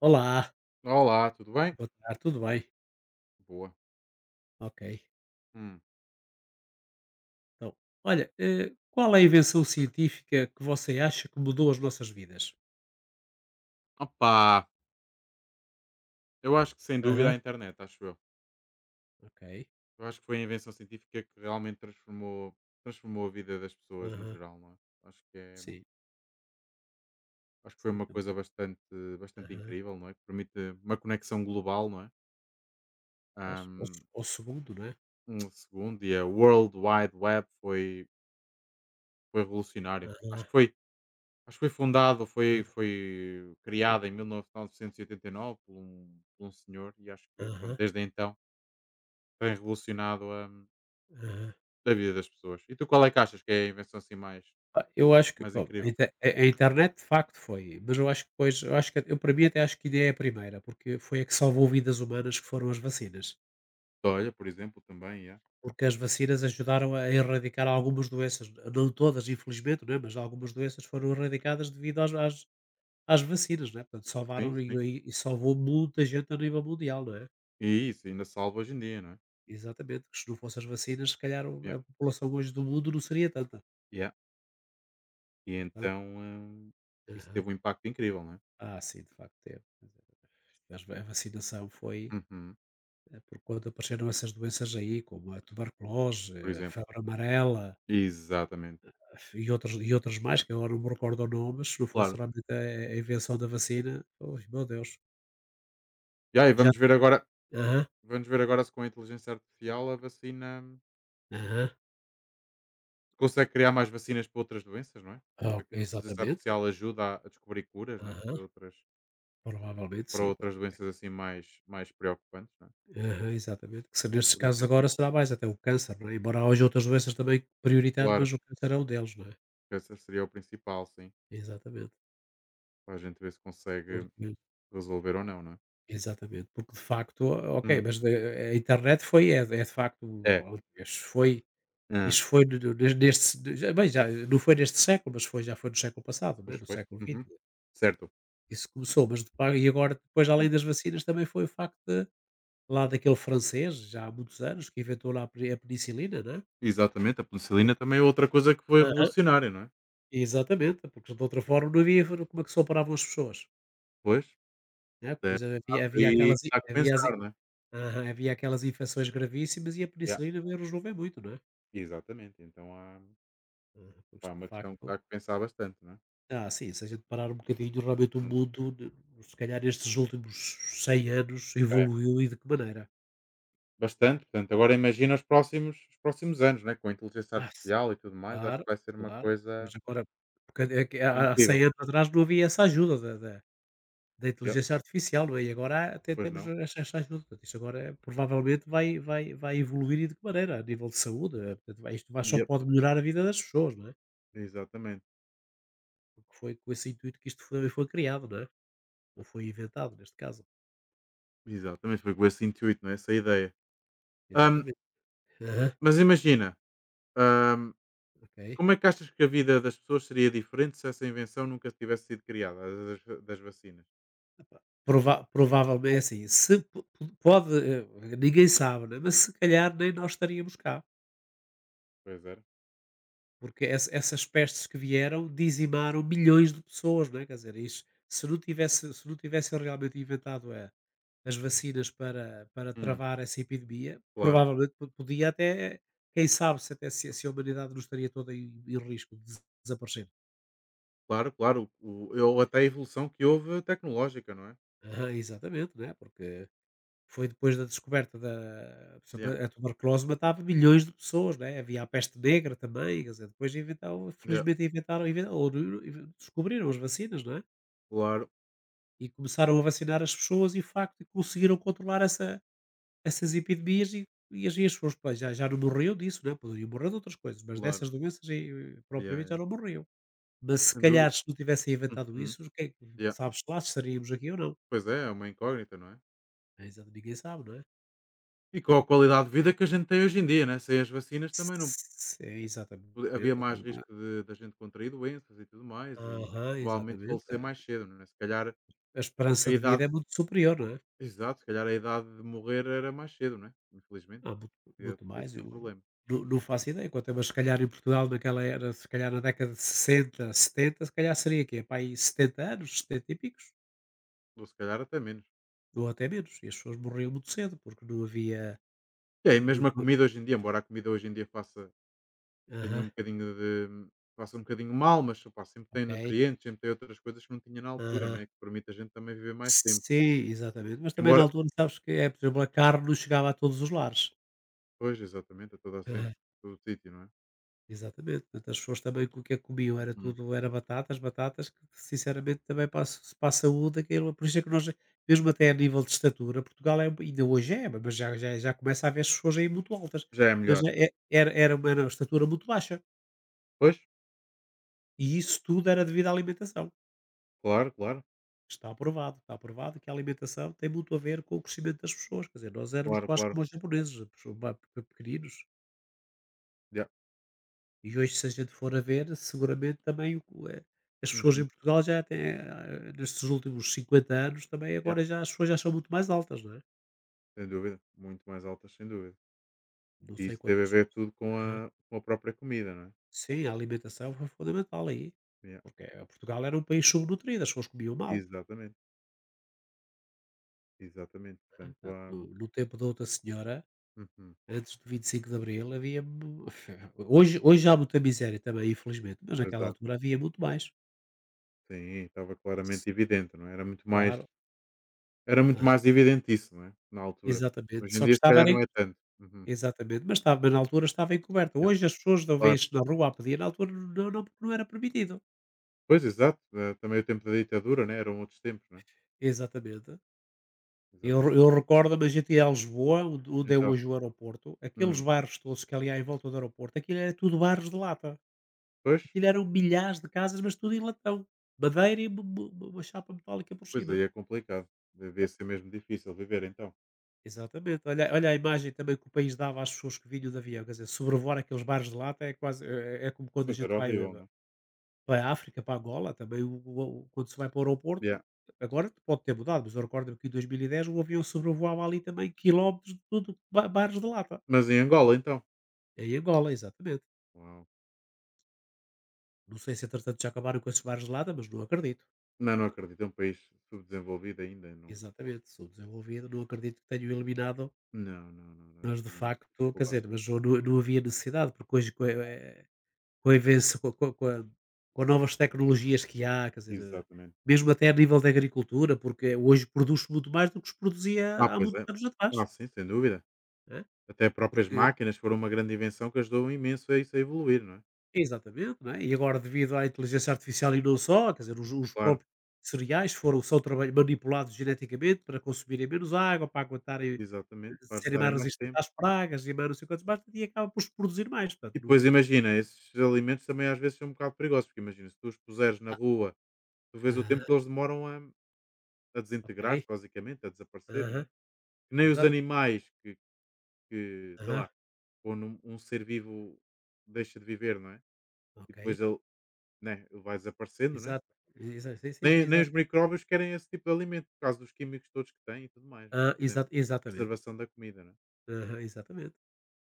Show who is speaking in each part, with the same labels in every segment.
Speaker 1: Olá,
Speaker 2: Olá, tudo bem?
Speaker 1: boa tarde, tudo bem?
Speaker 2: Boa.
Speaker 1: Ok.
Speaker 2: Hum.
Speaker 1: Então, olha, qual é a invenção científica que você acha que mudou as nossas vidas?
Speaker 2: Opa, eu acho que sem dúvida
Speaker 1: Aham.
Speaker 2: a internet, acho eu.
Speaker 1: Ok.
Speaker 2: Eu acho que foi a invenção científica que realmente transformou a vida das pessoas no
Speaker 1: Aham.
Speaker 2: geral, não é? Acho que, é,
Speaker 1: Sim,
Speaker 2: acho que foi
Speaker 1: sim,
Speaker 2: uma
Speaker 1: também.
Speaker 2: coisa bastante
Speaker 1: Aham.
Speaker 2: incrível, não é? Que permite uma conexão global, não é?
Speaker 1: Pois,
Speaker 2: Ahm,
Speaker 1: ao segundo, não é?
Speaker 2: Segundo, e a World Wide Web foi revolucionário. Acho
Speaker 1: Aham.
Speaker 2: que foi, acho que foi fundado, foi
Speaker 1: Ok.
Speaker 2: criada em 1989 por um senhor e acho que pronto,
Speaker 1: Aham.
Speaker 2: desde então tem revolucionado a,
Speaker 1: Aham.
Speaker 2: a vida das pessoas. E tu qual é que achas que é a invenção assim mais,
Speaker 1: Ah, eu acho que,
Speaker 2: mais
Speaker 1: bom,
Speaker 2: incrível?
Speaker 1: a internet de facto foi, mas eu acho que depois, eu para mim até acho que a ideia é a primeira, porque foi a que salvou vidas humanas que foram as vacinas.
Speaker 2: Olha, por exemplo, também, yeah.
Speaker 1: Porque as vacinas ajudaram a erradicar algumas doenças, não todas, infelizmente, não é? Mas algumas doenças foram erradicadas devido às vacinas, não é? Portanto,
Speaker 2: Sim,
Speaker 1: salvaram
Speaker 2: sim.
Speaker 1: e salvou muita gente a nível mundial, não é?
Speaker 2: E isso, ainda salva hoje em dia, não é?
Speaker 1: Exatamente, que se não fossem as vacinas, se calhar
Speaker 2: Yeah.
Speaker 1: a população hoje do mundo não seria tanta.
Speaker 2: Yeah. E
Speaker 1: Portanto.
Speaker 2: então, isso
Speaker 1: Aham.
Speaker 2: teve um impacto incrível, não é?
Speaker 1: Ah, sim, de facto, é. Mas a vacinação foi
Speaker 2: Uhum.
Speaker 1: por quando apareceram essas doenças aí, como a tuberculose,
Speaker 2: Por
Speaker 1: a
Speaker 2: exemplo.
Speaker 1: febre amarela,
Speaker 2: Exatamente.
Speaker 1: e outras, e outras mais, que agora não me recordo o nome, mas se não fosse
Speaker 2: Claro.
Speaker 1: realmente a invenção da vacina, ui, meu Deus.
Speaker 2: Yeah, e
Speaker 1: Já. Aham,
Speaker 2: vamos ver agora se com a inteligência artificial a vacina
Speaker 1: aham.
Speaker 2: se consegue criar mais vacinas para outras doenças, não é?
Speaker 1: Ah, ok,
Speaker 2: Porque a inteligência
Speaker 1: exatamente.
Speaker 2: artificial ajuda a descobrir curas, não é?
Speaker 1: Aham,
Speaker 2: Para outras,
Speaker 1: provavelmente
Speaker 2: para
Speaker 1: sim. Porque-
Speaker 2: outras doenças assim mais preocupantes, não é?
Speaker 1: Aham, exatamente. Que se nestes
Speaker 2: Por
Speaker 1: casos
Speaker 2: exemplo,
Speaker 1: agora será mais até o câncer, não é? Embora haja outras doenças também prioritárias,
Speaker 2: claro,
Speaker 1: mas o câncer é um deles, não é?
Speaker 2: essa seria o principal, sim.
Speaker 1: Exatamente.
Speaker 2: Para a gente ver se consegue
Speaker 1: Porque,
Speaker 2: resolver ou não, não é?
Speaker 1: exatamente. Porque de facto, ok,
Speaker 2: Hum,
Speaker 1: a internet foi, é de facto,
Speaker 2: é.
Speaker 1: aliás, foi.
Speaker 2: Ah.
Speaker 1: Isso foi de deste de bem, já não foi neste século, mas foi no século passado, né,
Speaker 2: Pois
Speaker 1: no
Speaker 2: foi.
Speaker 1: século XX.
Speaker 2: Uhum. Certo.
Speaker 1: Isso começou, mas depa e agora depois além das vacinas também foi o facto de lá daquele francês, já há muitos anos, que inventou lá a penicilina, né.
Speaker 2: Exatamente, a penicilina também é outra coisa que foi
Speaker 1: Aham.
Speaker 2: revolucionária, não é?
Speaker 1: Exatamente, porque de outra forma não havia como é que se operavam as pessoas,
Speaker 2: Pois,
Speaker 1: né,
Speaker 2: é,
Speaker 1: depois havia
Speaker 2: e
Speaker 1: aquelas in
Speaker 2: há que
Speaker 1: havia as in
Speaker 2: pensar, não é?
Speaker 1: aham, havia aquelas infecções gravíssimas e a
Speaker 2: Yeah,
Speaker 1: penicilina veio resolver muito, não é.
Speaker 2: exatamente, então há,
Speaker 1: Aham, porque
Speaker 2: pá,
Speaker 1: de
Speaker 2: uma questão que
Speaker 1: facto.
Speaker 2: há que pensar bastante, não é?
Speaker 1: Ah, sim, se a gente parar um bocadinho, realmente o
Speaker 2: Hum,
Speaker 1: mundo, se calhar estes últimos 100 anos,
Speaker 2: é,
Speaker 1: evoluiu e de que maneira?
Speaker 2: bastante, portanto, agora imagina os próximos anos, né? Com a inteligência
Speaker 1: Ah,
Speaker 2: artificial e tudo mais, acho que
Speaker 1: claro,
Speaker 2: vai ser uma
Speaker 1: claro. Pois
Speaker 2: coisa
Speaker 1: agora, porque é que há 100
Speaker 2: incrível.
Speaker 1: anos atrás não havia essa ajuda da
Speaker 2: Yep,
Speaker 1: inteligência artificial, não é? E agora até
Speaker 2: pois
Speaker 1: temos
Speaker 2: não?
Speaker 1: essa ajuda. Portanto, isso agora provavelmente vai evoluir e de que maneira? A nível de saúde, portanto, isto vai, só
Speaker 2: Yep,
Speaker 1: pode melhorar a vida das pessoas, não é?
Speaker 2: exatamente.
Speaker 1: Porque foi com esse intuito que isto foi criado, não é? Ou foi inventado, neste caso.
Speaker 2: Exatamente, foi com esse intuito, não é? Essa ideia. Ahm,
Speaker 1: Exatamente. Aham.
Speaker 2: mas imagina, ahm,
Speaker 1: Ok.
Speaker 2: como é que achas que a vida das pessoas seria diferente se essa invenção nunca tivesse sido criada, a das vacinas?
Speaker 1: Provavelmente, é assim, se po po pode, ninguém sabe, né, mas se calhar nem nós estaríamos cá,
Speaker 2: Pois era.
Speaker 1: porque essas pestes que vieram dizimaram milhões de pessoas, não é, quer dizer, isso se não tivessem realmente inventado a as vacinas para
Speaker 2: Hum,
Speaker 1: travar essa epidemia,
Speaker 2: claro,
Speaker 1: provavelmente po podia até, quem sabe se até se a humanidade não estaria toda em risco de desaparecer.
Speaker 2: claro, claro. Ou até a evolução que houve tecnológica, não é?
Speaker 1: Aham, exatamente, né, porque foi depois da descoberta da por exemplo,
Speaker 2: Yeah,
Speaker 1: a tuberculose matava milhões de pessoas, né, havia a peste negra também, quer dizer, depois inventaram
Speaker 2: yeah,
Speaker 1: felizmente inventaram inven ou nu- descobriram as vacinas, não é,
Speaker 2: claro,
Speaker 1: e começaram a vacinar as pessoas e de facto conseguiram controlar essas epidemias e as pessoas, pois, já não morriam disso, né, poderiam morrer de outras coisas, mas
Speaker 2: claro.
Speaker 1: dessas doenças e
Speaker 2: Yeah,
Speaker 1: propriamente já
Speaker 2: yeah,
Speaker 1: não morriam. Mas se
Speaker 2: sem dúvida.
Speaker 1: calhar se não tivessem inventado
Speaker 2: Uhum,
Speaker 1: isso, quem
Speaker 2: yeah.
Speaker 1: sabes lá se estaríamos aqui ou não.
Speaker 2: Pois é, é uma incógnita, não é?
Speaker 1: Exato, ninguém sabe, não é?
Speaker 2: E com a qualidade de vida que a gente tem hoje em dia, né? Sem as vacinas também não.
Speaker 1: S s É,
Speaker 2: Havia
Speaker 1: exatamente,
Speaker 2: mais
Speaker 1: então.
Speaker 2: risco de da gente contrair doenças e tudo mais e
Speaker 1: Aham,
Speaker 2: provavelmente
Speaker 1: exatamente.
Speaker 2: falecer
Speaker 1: A
Speaker 2: mais cedo, não é? Se calhar
Speaker 1: a esperança
Speaker 2: a
Speaker 1: de vida
Speaker 2: idade
Speaker 1: é muito superior, não é?
Speaker 2: exato, se calhar a idade de morrer era mais cedo, não é? Infelizmente,
Speaker 1: Há muito
Speaker 2: podia
Speaker 1: muito
Speaker 2: podia
Speaker 1: mais,
Speaker 2: ser
Speaker 1: eu
Speaker 2: um problema.
Speaker 1: não faço ideia quanto é, mas se calhar em Portugal naquela era, se calhar na década de 60 70 se calhar seria que para aí 70 anos, 70 e picos,
Speaker 2: Ou se calhar até menos.
Speaker 1: ou até menos, e as pessoas morriam muito cedo, porque não havia.
Speaker 2: E aí
Speaker 1: Não,
Speaker 2: mesmo a
Speaker 1: não.
Speaker 2: comida hoje em dia, embora a comida hoje em dia tenha
Speaker 1: Aham,
Speaker 2: um bocadinho de faça um bocadinho mal, mas opá, sempre tem
Speaker 1: ok,
Speaker 2: nutrientes, sempre tem outras coisas que não tinha na altura,
Speaker 1: aham.
Speaker 2: não é? Que permite a gente também viver mais tempo.
Speaker 1: Sim, exatamente, mas também na
Speaker 2: Embora
Speaker 1: altura sabes que é, por exemplo, a carne não chegava a todos os lares.
Speaker 2: pois, exatamente, a toda a gente, todo o sítio, não é?
Speaker 1: Exatamente, portanto, as pessoas também que o que é que comiam era
Speaker 2: Uhum.
Speaker 1: tudo, era batatas, batatas, que sinceramente também para a saúde, aquilo, por isso é que nós, mesmo até a nível de estatura, Portugal é, ainda hoje é, mas já começa a haver pessoas aí muito altas,
Speaker 2: Já é
Speaker 1: mas
Speaker 2: melhor.
Speaker 1: era uma era estatura muito baixa,
Speaker 2: Pois,
Speaker 1: e isso tudo era devido à alimentação,
Speaker 2: claro, claro,
Speaker 1: está aprovado que a alimentação tem muito a ver com o crescimento das pessoas, quer dizer, nós éramos
Speaker 2: claro,
Speaker 1: quase como
Speaker 2: claro.
Speaker 1: os japoneses, pessoas pequeninos.
Speaker 2: Ya.
Speaker 1: E hoje, se a gente for a ver, seguramente também as pessoas em
Speaker 2: Uhum.
Speaker 1: Portugal já têm, nestes últimos 50 anos também
Speaker 2: Yeah,
Speaker 1: agora já as pessoas já são muito mais altas, não é?
Speaker 2: sem dúvida, muito mais altas, sem dúvida.
Speaker 1: Não
Speaker 2: E
Speaker 1: sei
Speaker 2: isso teve a
Speaker 1: quantos.
Speaker 2: ver tudo
Speaker 1: Aham.
Speaker 2: com a própria comida, não é?
Speaker 1: Sim, a alimentação foi fundamental aí,
Speaker 2: Yeah,
Speaker 1: porque Portugal era um país subnutrido, as pessoas comiam mal.
Speaker 2: exatamente, exatamente. Portanto,
Speaker 1: Portanto,
Speaker 2: há.
Speaker 1: no tempo da outra senhora,
Speaker 2: Uhum.
Speaker 1: antes do 25 de Abril, havia mu hoje há muita miséria também, infelizmente, mas
Speaker 2: Pois
Speaker 1: naquela
Speaker 2: há,
Speaker 1: altura havia muito mais.
Speaker 2: sim, estava
Speaker 1: S
Speaker 2: claramente evidente, não é? Era muito mais,
Speaker 1: Claro.
Speaker 2: era muito mais
Speaker 1: ah,
Speaker 2: evidente isso, não é? Na altura.
Speaker 1: Exatamente,
Speaker 2: Hoje em
Speaker 1: só que
Speaker 2: dia, se
Speaker 1: estava
Speaker 2: calhar,
Speaker 1: era.
Speaker 2: não é tanto. Uhum.
Speaker 1: Exatamente, mas na altura estava encoberta.
Speaker 2: Yeah,
Speaker 1: Hoje as pessoas não
Speaker 2: claro.
Speaker 1: veem se na rua a pedir, na altura não era permitido.
Speaker 2: Pois, exato. Também o tempo da ditadura, né? Eram outros tempos, não é?
Speaker 1: Exatamente. Eu
Speaker 2: Exatamente.
Speaker 1: eu recordo-me, a gente ia a Lisboa, onde é
Speaker 2: Então,
Speaker 1: hoje o aeroporto, aqueles
Speaker 2: hum,
Speaker 1: bairros todos que ali há em volta do aeroporto, aquilo era tudo bairros de lata.
Speaker 2: pois,
Speaker 1: Aquilo eram milhares de casas, mas tudo em latão. Madeira e uma chapa metálica por
Speaker 2: pois
Speaker 1: cima.
Speaker 2: aí é complicado. Devia
Speaker 1: Então
Speaker 2: ser mesmo difícil viver, então.
Speaker 1: exatamente, olha a imagem também que o país dava às pessoas que vinham de avião, quer dizer, sobrevoar aqueles bairros de lata é quase é como quando a
Speaker 2: Pois
Speaker 1: gente
Speaker 2: era
Speaker 1: vai
Speaker 2: horrível, não é?
Speaker 1: para a África, é para Angola, também quando se vai para o aeroporto,
Speaker 2: Yeah.
Speaker 1: agora pode ter mudado, mas eu recordo-me que em 2010 o avião sobrevoava ali também quilómetros de tudo, ba bares de lata,
Speaker 2: Mas em Angola então?
Speaker 1: em Angola, exatamente.
Speaker 2: Uau!
Speaker 1: Não sei se entretanto já acabaram com esses bares de lata, mas não acredito.
Speaker 2: Não, não acredito, é um país subdesenvolvido ainda, não
Speaker 1: Exatamente, sou desenvolvido, não acredito que tenham eliminado,
Speaker 2: não, não, não, não, deve
Speaker 1: mas de
Speaker 2: ter muita
Speaker 1: facto, quer
Speaker 2: dificuldade.
Speaker 1: dizer, mas eu não havia necessidade, porque hoje co eh com a invenção co co com a com novas tecnologias que há, quer dizer,
Speaker 2: Exatamente.
Speaker 1: mesmo até a nível da agricultura, porque hoje produz muito mais do que se
Speaker 2: Ah,
Speaker 1: produzia há
Speaker 2: pois
Speaker 1: muitos
Speaker 2: é.
Speaker 1: anos atrás,
Speaker 2: Ah, sim, sem dúvida.
Speaker 1: não é?
Speaker 2: Até próprias
Speaker 1: Porque
Speaker 2: máquinas foram uma grande invenção que ajudou imenso a isso a evoluir, não é?
Speaker 1: exatamente, não é? E agora devido à inteligência artificial e não só, quer dizer, os
Speaker 2: Claro,
Speaker 1: próprios cereais foram são trabalho manipulados geneticamente para consumirem menos água, para aguentarem
Speaker 2: exatamente, para
Speaker 1: serem
Speaker 2: ajudar a
Speaker 1: mais
Speaker 2: mais
Speaker 1: resistentes
Speaker 2: tempo.
Speaker 1: às pragas e mais não sei quantos mais, e acaba por se produzir mais, portanto,
Speaker 2: E
Speaker 1: no.
Speaker 2: depois imagina, esses alimentos também às vezes são um bocado perigosos, porque imagina, se tu os puseres na
Speaker 1: ah,
Speaker 2: rua, tu vês o
Speaker 1: aham,
Speaker 2: tempo que eles demoram a desintegrar-se
Speaker 1: ok,
Speaker 2: basicamente, a desaparecer, não é?
Speaker 1: aham,
Speaker 2: Que nem os
Speaker 1: exato,
Speaker 2: animais que, sei
Speaker 1: aham,
Speaker 2: lá, quando um ser vivo deixa de viver, não é? E
Speaker 1: ok.
Speaker 2: depois ele, né, ele vai desaparecendo, né?
Speaker 1: Exato, exa sim, sim, sim,
Speaker 2: Nem
Speaker 1: exato.
Speaker 2: os micróbios querem esse tipo de alimento, por causa dos químicos todos que têm e tudo mais, né?
Speaker 1: Hã,
Speaker 2: Por exemplo, a
Speaker 1: exatamente.
Speaker 2: preservação da comida, né?
Speaker 1: Aham, exatamente.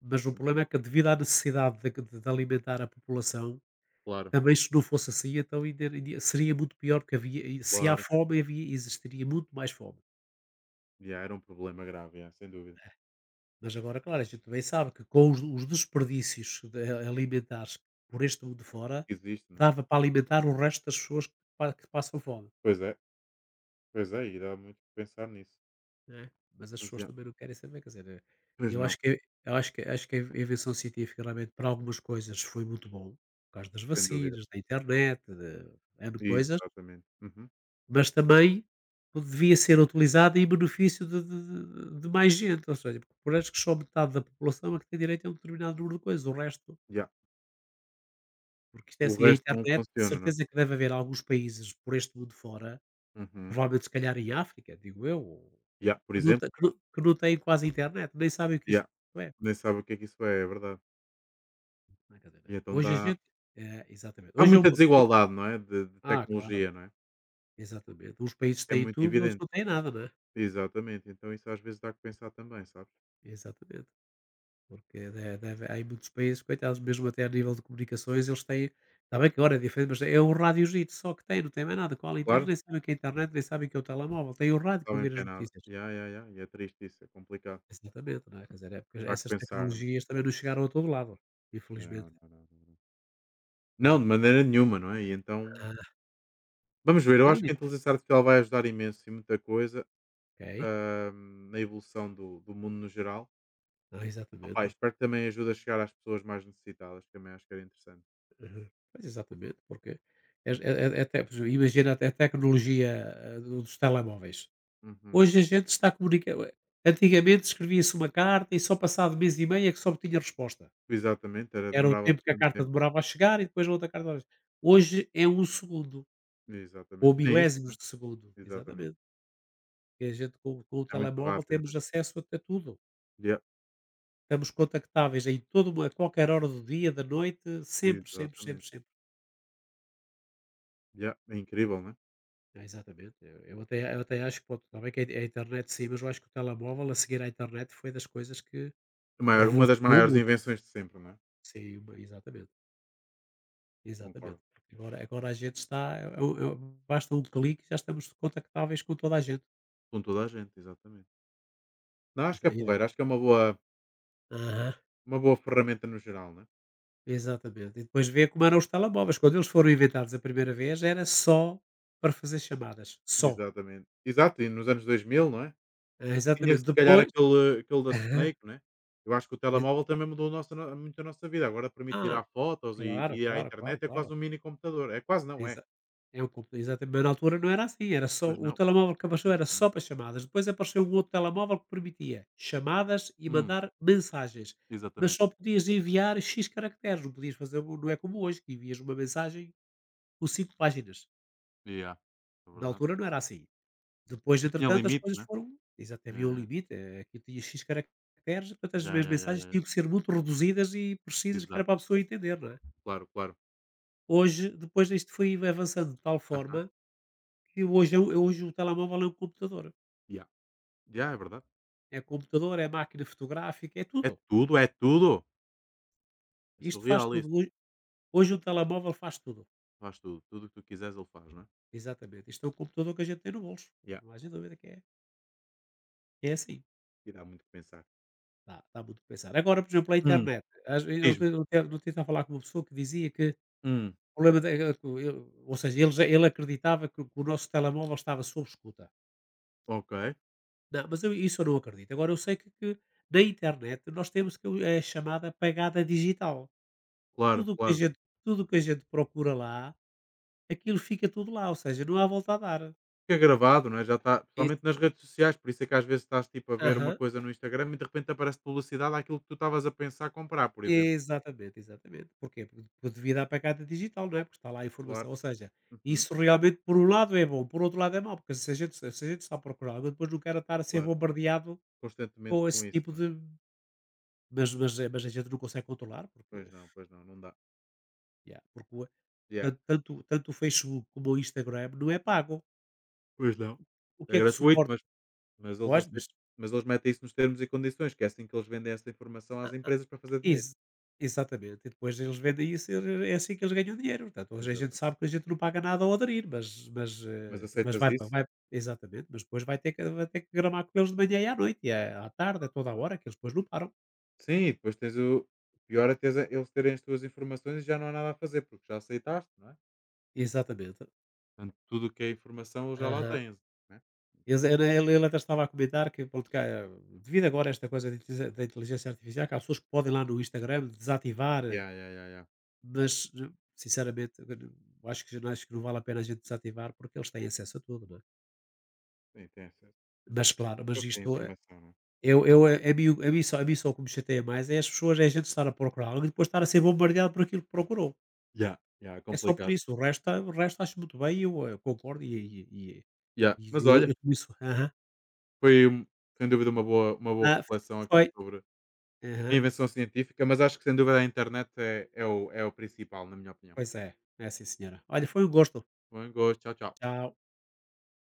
Speaker 1: Mas o problema é que devido à necessidade de alimentar a população,
Speaker 2: Claro.
Speaker 1: também se não fosse assim, então ainda iria seria muito pior, porque havia e se há
Speaker 2: Claro.
Speaker 1: fome, havia existiria muito mais fome.
Speaker 2: Yeah, era um problema grave, yeah, sem dúvida.
Speaker 1: Mas agora, claro, a gente também sabe que com os desperdícios de alimentares por este mundo fora,
Speaker 2: Existe, não é?
Speaker 1: dava para alimentar o resto das pessoas que pa que passam fome.
Speaker 2: Pois é, pois é, e dá muito que pensar nisso.
Speaker 1: Né? Mas as
Speaker 2: Mas,
Speaker 1: pessoas
Speaker 2: yeah,
Speaker 1: também não querem saber, quer dizer,
Speaker 2: pois não,
Speaker 1: eu acho que a invenção científica realmente para algumas coisas foi muito bom, por causa das
Speaker 2: sem dúvida.
Speaker 1: vacinas, da internet, de n coisas,
Speaker 2: Exatamente. Uhum.
Speaker 1: mas também devia ser utilizada em benefício de mais gente, ou seja, porque parece que só metade da população é que tem direito a um determinado número de coisas, o resto
Speaker 2: Yeah.
Speaker 1: porque isto é
Speaker 2: O
Speaker 1: assim, a
Speaker 2: resto não
Speaker 1: internet de
Speaker 2: funciona, não é?
Speaker 1: certeza que deve haver alguns países por este mundo fora,
Speaker 2: Uhum.
Speaker 1: provavelmente se calhar em África, digo eu,
Speaker 2: Yeah, por
Speaker 1: que não
Speaker 2: exemplo.
Speaker 1: te que não têm quase internet, nem sabem o que isso
Speaker 2: Já.
Speaker 1: é.
Speaker 2: Nem sabe o que é que isso é, é verdade.
Speaker 1: Né, quer
Speaker 2: E
Speaker 1: dizer,
Speaker 2: então
Speaker 1: hoje a
Speaker 2: dá,
Speaker 1: gente é, exatamente.
Speaker 2: Há
Speaker 1: Hoje é o.
Speaker 2: muita desigualdade, não é, de
Speaker 1: Claro,
Speaker 2: tecnologia, não é?
Speaker 1: exatamente. Uns países
Speaker 2: É
Speaker 1: têm
Speaker 2: muito
Speaker 1: tudo, outros
Speaker 2: evidente.
Speaker 1: não têm nada, né?
Speaker 2: Exatamente, então isso às vezes dá que pensar também, sabes?
Speaker 1: Exatamente. Porque de deve há aí muitos países, coitados, mesmo até a nível de comunicações, eles têm está bem que agora é diferente, mas é o radiozito só que tem, não tem mais nada. Qual é, eles
Speaker 2: Claro,
Speaker 1: nem sabem o que é a internet, nem sabem o que é o telemóvel, têm o rádio para
Speaker 2: sabem o
Speaker 1: ouvir
Speaker 2: que
Speaker 1: as
Speaker 2: é nada.
Speaker 1: notícias.
Speaker 2: Ya, ya, ya, e é triste isso, é complicado.
Speaker 1: Exatamente, não é? Quer dizer, é porque
Speaker 2: Dá que
Speaker 1: essas
Speaker 2: pensar, né?
Speaker 1: tecnologias também não chegaram a todo lado,
Speaker 2: Não,
Speaker 1: infelizmente.
Speaker 2: não, não, não. Não, de
Speaker 1: Porque.
Speaker 2: maneira nenhuma, não é? E então,
Speaker 1: ah,
Speaker 2: vamos ver, eu
Speaker 1: não,
Speaker 2: acho que a inteligência artificial vai ajudar imenso e muita coisa,
Speaker 1: ok.
Speaker 2: hã, na evolução do mundo no geral.
Speaker 1: Ah,
Speaker 2: Opá,
Speaker 1: exatamente.
Speaker 2: espero que também ajude a chegar às pessoas mais necessitadas, que também acho que era interessante.
Speaker 1: Aham. Pois, exatamente, porque é
Speaker 2: Hum,
Speaker 1: é é até pois imagina até a tecnologia, do dos telemóveis.
Speaker 2: uhum.
Speaker 1: Hoje a gente está antigamente escrevia-se uma carta e só passado mês e meio é que se tinha resposta.
Speaker 2: Exatamente, era
Speaker 1: Era o
Speaker 2: demorava
Speaker 1: tempo que a
Speaker 2: bastante
Speaker 1: carta
Speaker 2: tempo.
Speaker 1: demorava a chegar e depois a outra carta. Hoje é um segundo, ou
Speaker 2: Exatamente, nem isso, né?
Speaker 1: milésimos de segundo,
Speaker 2: Exatamente.
Speaker 1: exatamente. E a gente com o
Speaker 2: É muito
Speaker 1: telemóvel
Speaker 2: rápido,
Speaker 1: temos
Speaker 2: né.
Speaker 1: acesso até tudo.
Speaker 2: Yeah,
Speaker 1: Estamos contactáveis em toda uma a qualquer hora do dia, da noite, sempre, sempre,
Speaker 2: exatamente.
Speaker 1: sempre, sempre.
Speaker 2: Yeah, é incrível, né.
Speaker 1: É, exatamente. Eu até acho que pronto, está bem que a internet sim, mas eu acho que o telemóvel a seguir à internet foi das coisas que
Speaker 2: A maior uma das
Speaker 1: revolucionou o
Speaker 2: maiores
Speaker 1: mundo.
Speaker 2: invenções de sempre, né.
Speaker 1: Sim, exatamente. Exatamente.
Speaker 2: Concordo.
Speaker 1: Porque agora a gente está, basta um clique e já estamos contactáveis com toda a gente.
Speaker 2: Com toda a gente, exatamente. Não, acho que
Speaker 1: Então,
Speaker 2: é
Speaker 1: yeah.
Speaker 2: porreiro, acho que é uma boa
Speaker 1: Aham.
Speaker 2: uma boa ferramenta no geral, né.
Speaker 1: Exatamente. E depois vê como eram os telemóveis. Quando eles foram inventados a primeira vez, era só para fazer chamadas. Só.
Speaker 2: Exatamente. Exato, e nos anos 2000 não é,
Speaker 1: Ah,
Speaker 2: e tinha
Speaker 1: exatamente.
Speaker 2: se calhar
Speaker 1: Depois.
Speaker 2: aquele da
Speaker 1: Aham.
Speaker 2: Snake, né. Eu acho que o
Speaker 1: ex-
Speaker 2: telemóvel também mudou a nossa muito a nossa vida, agora permite
Speaker 1: Ah,
Speaker 2: tirar fotos e
Speaker 1: claro,
Speaker 2: e ir à
Speaker 1: claro, claro,
Speaker 2: internet, é
Speaker 1: claro.
Speaker 2: quase um mini computador. É quase não, é.
Speaker 1: Exa é um compu exatamente, mas na altura não era assim, era só
Speaker 2: Pois
Speaker 1: o
Speaker 2: não.
Speaker 1: telemóvel que apareceu era só
Speaker 2: Uhum.
Speaker 1: para chamadas, depois apareceu um outro telemóvel que permitia chamadas e
Speaker 2: Hum,
Speaker 1: mandar mensagens, mas
Speaker 2: exatamente.
Speaker 1: só podias enviar "x" caracteres, não podias fazer o não é como hoje, que envias uma mensagem com 5 páginas,
Speaker 2: Yeah, é
Speaker 1: na
Speaker 2: verdade.
Speaker 1: altura não era assim. Depois
Speaker 2: E tinha
Speaker 1: entretanto as
Speaker 2: limite,
Speaker 1: coisas
Speaker 2: né.
Speaker 1: foram. Exato, havia um
Speaker 2: Ya,
Speaker 1: limite, aquilo tinha "x" caracteres, portanto as
Speaker 2: ya,
Speaker 1: minhas
Speaker 2: ya, ya,
Speaker 1: mensagens
Speaker 2: ya,
Speaker 1: tinham que
Speaker 2: ya.
Speaker 1: ser muito reduzidas e precisas que era
Speaker 2: Exato,
Speaker 1: para a pessoa entender, não é.
Speaker 2: claro, claro.
Speaker 1: Hoje, depois isto foi avançando de tal forma.
Speaker 2: Aham,
Speaker 1: E hoje, eu hoje o telemóvel é um computador.
Speaker 2: ya. Ya, é verdade.
Speaker 1: É computador, é máquina fotográfica, é
Speaker 2: É
Speaker 1: tudo.
Speaker 2: tudo, é tudo. É
Speaker 1: Isto faz
Speaker 2: surreal
Speaker 1: tudo.
Speaker 2: isso.
Speaker 1: Hoje o telemóvel faz tudo.
Speaker 2: Faz tudo. Tudo o que tu quiseres ele faz, não é?
Speaker 1: Exatamente. Isto é um computador que a gente tem no bolso.
Speaker 2: Ya,
Speaker 1: Não há dúvida que que é assim.
Speaker 2: e dá muito o que pensar.
Speaker 1: Dá muito a pensar. Agora, por exemplo, a
Speaker 2: Hum,
Speaker 1: internet. Às vezes,
Speaker 2: diz-me.
Speaker 1: eu estou a falar com uma pessoa que dizia que
Speaker 2: Hum,
Speaker 1: o problema da- eh, que o- eu- ou seja, ele acreditava o que o nosso telemóvel estava sob escuta.
Speaker 2: ok.
Speaker 1: Não, isso eu não acredito. Agora, eu sei que na internet nós temos que, é chamada pagada digital.
Speaker 2: Claro,
Speaker 1: Tudo o que a
Speaker 2: claro.
Speaker 1: gente tudo o que a gente procura lá, aquilo fica tudo lá, ou seja, não há volta a dar.
Speaker 2: Porque é gravado, não é? Já está,
Speaker 1: Isso.
Speaker 2: principalmente nas redes sociais, por isso é que às vezes estás tipo a ver uma
Speaker 1: Aham.
Speaker 2: coisa no Instagram e de repente aparece publicidade àquilo que tu estavas a pensar comprar, por exemplo.
Speaker 1: Exatamente, exatamente. Porquê? Porque devido à pegada digital, não é? Porque está lá a informação,
Speaker 2: Claro,
Speaker 1: ou seja,
Speaker 2: uhum,
Speaker 1: isso realmente por um lado é bom, por outro lado é mau, porque se a gente sabe procurar, mas depois não quer estar a ser
Speaker 2: claro.
Speaker 1: bombardeado
Speaker 2: Constantemente
Speaker 1: com
Speaker 2: com
Speaker 1: esse
Speaker 2: isso,
Speaker 1: tipo
Speaker 2: não é?
Speaker 1: de mas a gente não consegue controlar, porque
Speaker 2: Pois não, não dá.
Speaker 1: yeah, porque o tanto
Speaker 2: Ya.
Speaker 1: tanto tanto o Facebook como o Instagram não é pago.
Speaker 2: Pois não.
Speaker 1: O que
Speaker 2: É
Speaker 1: é que
Speaker 2: gratuito,
Speaker 1: suporta
Speaker 2: Mas eles
Speaker 1: pois, mas
Speaker 2: aceitam mas eles metem isso nos termos e condições, que é assim que eles vendem essa informação às empresas para fazer dinheiro.
Speaker 1: Ex exatamente. E depois eles vendem isso, e é assim que eles ganham dinheiro. Portanto, hoje a gente
Speaker 2: Exatamente.
Speaker 1: sabe que a gente não paga nada ao aderir, mas,
Speaker 2: Mas aceitas isso?
Speaker 1: vai, exatamente, mas depois vai ter que gramar com eles de manhã e à noite, e à tarde, a toda a hora, que eles depois não param.
Speaker 2: Sim, e depois tens o pior é teres a eles terem as tuas informações e já não há nada a fazer, porque já aceitaste, não é?
Speaker 1: Exatamente.
Speaker 2: Portanto, tudo o que é informação eles já lá
Speaker 1: Aham.
Speaker 2: tens, né? Então,
Speaker 1: Ele até estava a comentar que, pronto, cá, devido agora a esta coisa da inteligência artificial, que há pessoas que podem lá no Instagram desativar,
Speaker 2: yeah, yeah, yeah, yeah.
Speaker 1: mas eh, sinceramente eu não- acho acho que não vale a pena a gente desativar porque eles têm acesso a tudo, não é?
Speaker 2: Sim, tem acesso.
Speaker 1: Mas claro, mas
Speaker 2: Eu tenho
Speaker 1: isto é
Speaker 2: informação, né?
Speaker 1: eu é é a mim o a mim só o que me chateia mais é a gente estar a procurar algo e depois estar a ser bombardeado por aquilo que procurou.
Speaker 2: Yeah, yeah, é
Speaker 1: É só por
Speaker 2: complicado.
Speaker 1: isso, o resto acho muito bem e eu, concordo e e
Speaker 2: Yeah.
Speaker 1: e
Speaker 2: Mas
Speaker 1: eu
Speaker 2: olha,
Speaker 1: eu com isso aham.
Speaker 2: foi um- sem dúvida uma boa
Speaker 1: Ah,
Speaker 2: reflexão aqui
Speaker 1: foi.
Speaker 2: sobre a
Speaker 1: Aham.
Speaker 2: invenção científica, mas acho que sem dúvida a internet é o principal, na minha opinião.
Speaker 1: Pois é. É sim senhora. Olha, foi um gosto.
Speaker 2: Foi um gosto. Tchau, tchau.
Speaker 1: Tchau.